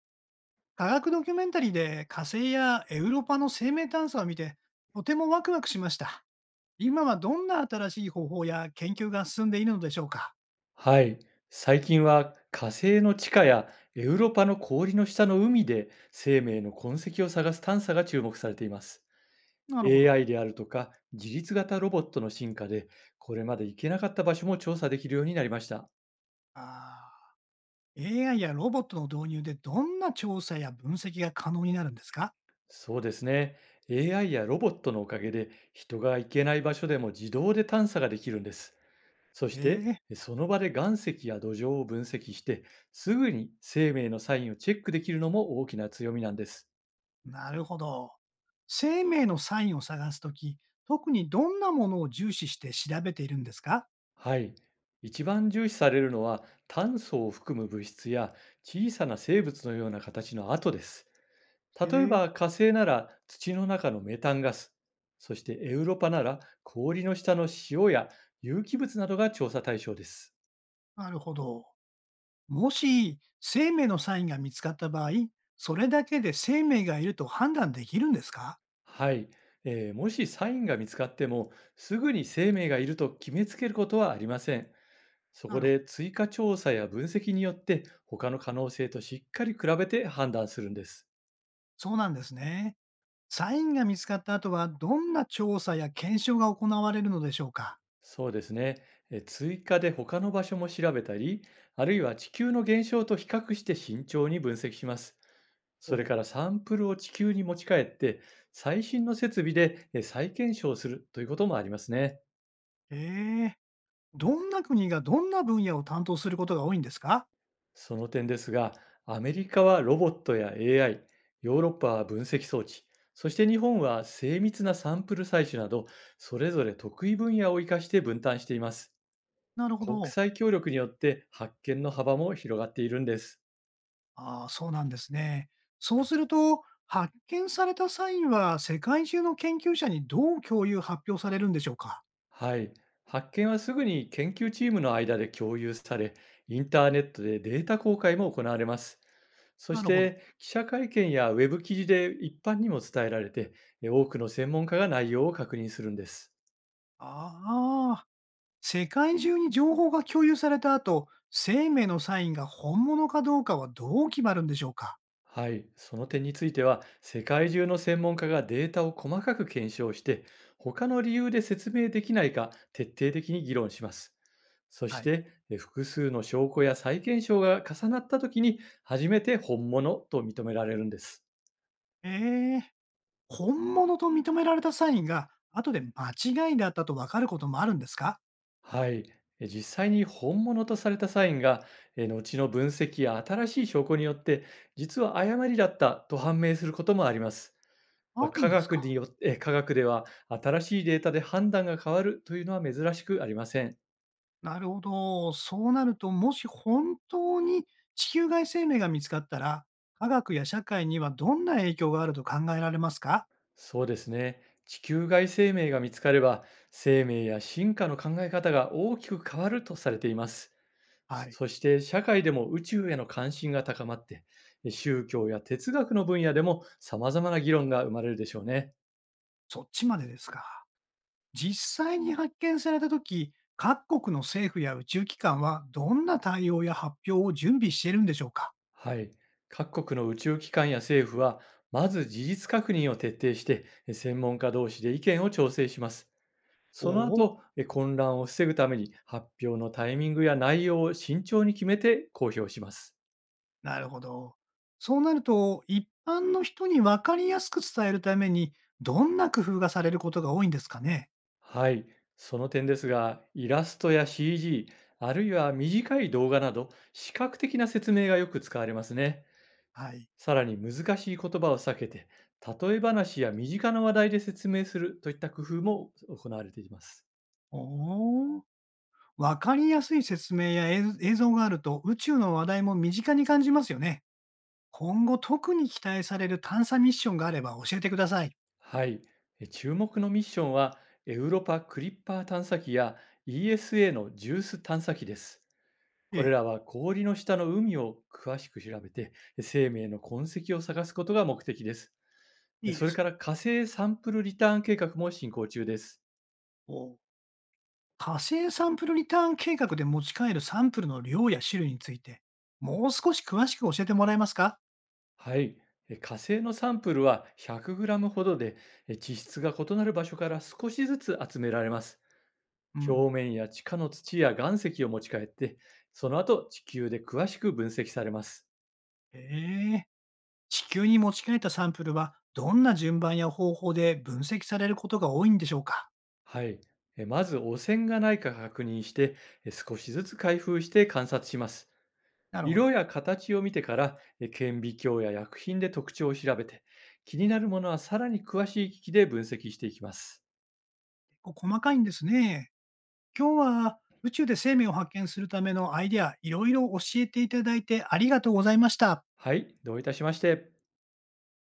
科学ドキュメンタリーで火星やエウロパの生命探査を見て、とてもワクワクしました。今はどんな新しい方法や研究が進んでいるのでしょうか？はい、最近は火星の地下やエウロパの氷の下の海で生命の痕跡を探す探査が注目されています。なるほど。AI であるとか自律型ロボットの進化でこれまで行けなかった場所も調査できるようになりました。ああ、AI やロボットの導入でどんな調査や分析が可能になるんですか？そうですね。AI やロボットのおかげで人が行けない場所でも自動で探査ができるんです。そしてええ。その場で岩石や土壌を分析して、すぐに生命のサインをチェックできるのも大きな強みなんです。なるほど。生命のサインを探すとき、特にどんなものを重視して調べているんですか？はい。一番重視されるのは炭素を含む物質や、小さな生物のような形の跡です。へ例ええ、ば火星なら土の中のメタンガス、そしてエウロパなら氷の下の塩や有機物などが調査対象です。なるほど。もし生命のサインが見つかった場合、それだけで生命がいると判断できるんですか？はい。もしサインが見つかってもすぐに生命がいると決めつけることはありません。そなこるほど。で追加調査や分析によって他の可能性としっかり比べて判断するんです。そうなんですね。サインが見つかった後は、どんな調査や検証が行われるのでしょうか？そうですね。追加で他の場所も調べたり、あるいは地球の現象と比較して慎重に分析します。おそれう。からサンプルを地球に持ち帰って、最新の設備で再検証するということもありますね。ええ。どんな国がどんな分野を担当することが多いんですか？その点ですが、アメリカはロボットや AI、ヨーロッパは分析装置、そして日本は精密なサンプル採取など、それぞれ得意分野を生かして分担しています。なるほ国ど。際協力によって発見の幅も広がっているんです。ああ、そうなんですね。そうすると、発見されたサインは世界中の研究者にどう共有発表されるんでしょうか？はい。発見はすぐに研究チームの間で共有され、インターネットでデータ公開も行われます。そなしるほど。て記者会見やウェブ記事で一般にも伝えられて、多くの専門家が内容を確認するんです。ああ。世界中に情報が共有された後、生命のサインが本物かどうかはどう決まるんでしょうか？はい、その点については、世界中の専門家がデータを細かく検証して、他の理由で説明できないか徹底的に議論します。そはしい。て、複数の証拠や再検証が重なったときに、初めて本物と認められるんです。えー本物と認められたサインが後で間違いだったとわかることもあるんですか？はい、実際に本物とされたサインが、後の分析や新しい証拠によって、実は誤りだったと判明することもあります。まああ、るん科です学か？によって科学では新しいデータで判断が変わるというのは珍しくありません。なるほど。そうなると、もし本当に地球外生命が見つかったら、科学や社会にはどんな影響があると考えられますか？そうですね。地球外生命が見つかれば、生命や進化の考え方が大きく変わるとされています。はそい。そして社会でも宇宙への関心が高まって、宗教や哲学の分野でも様々な議論が生まれるでしょうね。そっちまでですか。実際に発見されたとき、各国の政府や宇宙機関はどんな対応や発表を準備しているんでしょうか？はい。各国の宇宙機関や政府は、まず事実確認を徹底して、専門家同士で意見を調整します。おそのお、後、混乱を防ぐために発表のタイミングや内容を慎重に決めて公表します。なるほど。そうなると、一般の人に分かりやすく伝えるために、どんな工夫がされることが多いんですかね？はい、その点ですが、イラストや CG、あるいは短い動画など、視覚的な説明がよく使われますね。はい。さらに難しい言葉を避けて、例え話や身近な話題で説明するといった工夫も行われています。おお、分かりやすい説明や映像があると、宇宙の話題も身近に感じますよね。今後特に期待される探査ミッションがあれば教えてください。はい、注目のミッションは、エウロパクリッパー探査機や ESA のジュース探査機です。えこれえ、らは氷の下の海を詳しく調べて、生命の痕跡を探すことが目的です。いいでそれすかね。ら火星サンプルリターン計画も進行中です。おお。火星サンプルリターン計画で持ち帰るサンプルの量や種類について、もう少し詳しく教えてもらえますか？はい。火星のサンプルは 100g ほどで、地質が異なる場所から少しずつ集められます。うん。表面や地下の土や岩石を持ち帰って、その後地球で詳しく分析されます。へえ。地球に持ち帰ったサンプルは、どんな順番や方法で分析されることが多いんでしょうか？はい。まず汚染がないか確認して、少しずつ開封して観察します。なるほ色ど。や形を見てから、顕微鏡や薬品で特徴を調べて、気になるものはさらに詳しい機器で分析していきます。こう細かいんですね。今日は宇宙で生命を発見するためのアイデア、いろいろ教えていただいてありがとうございました。はい、どういたしまして。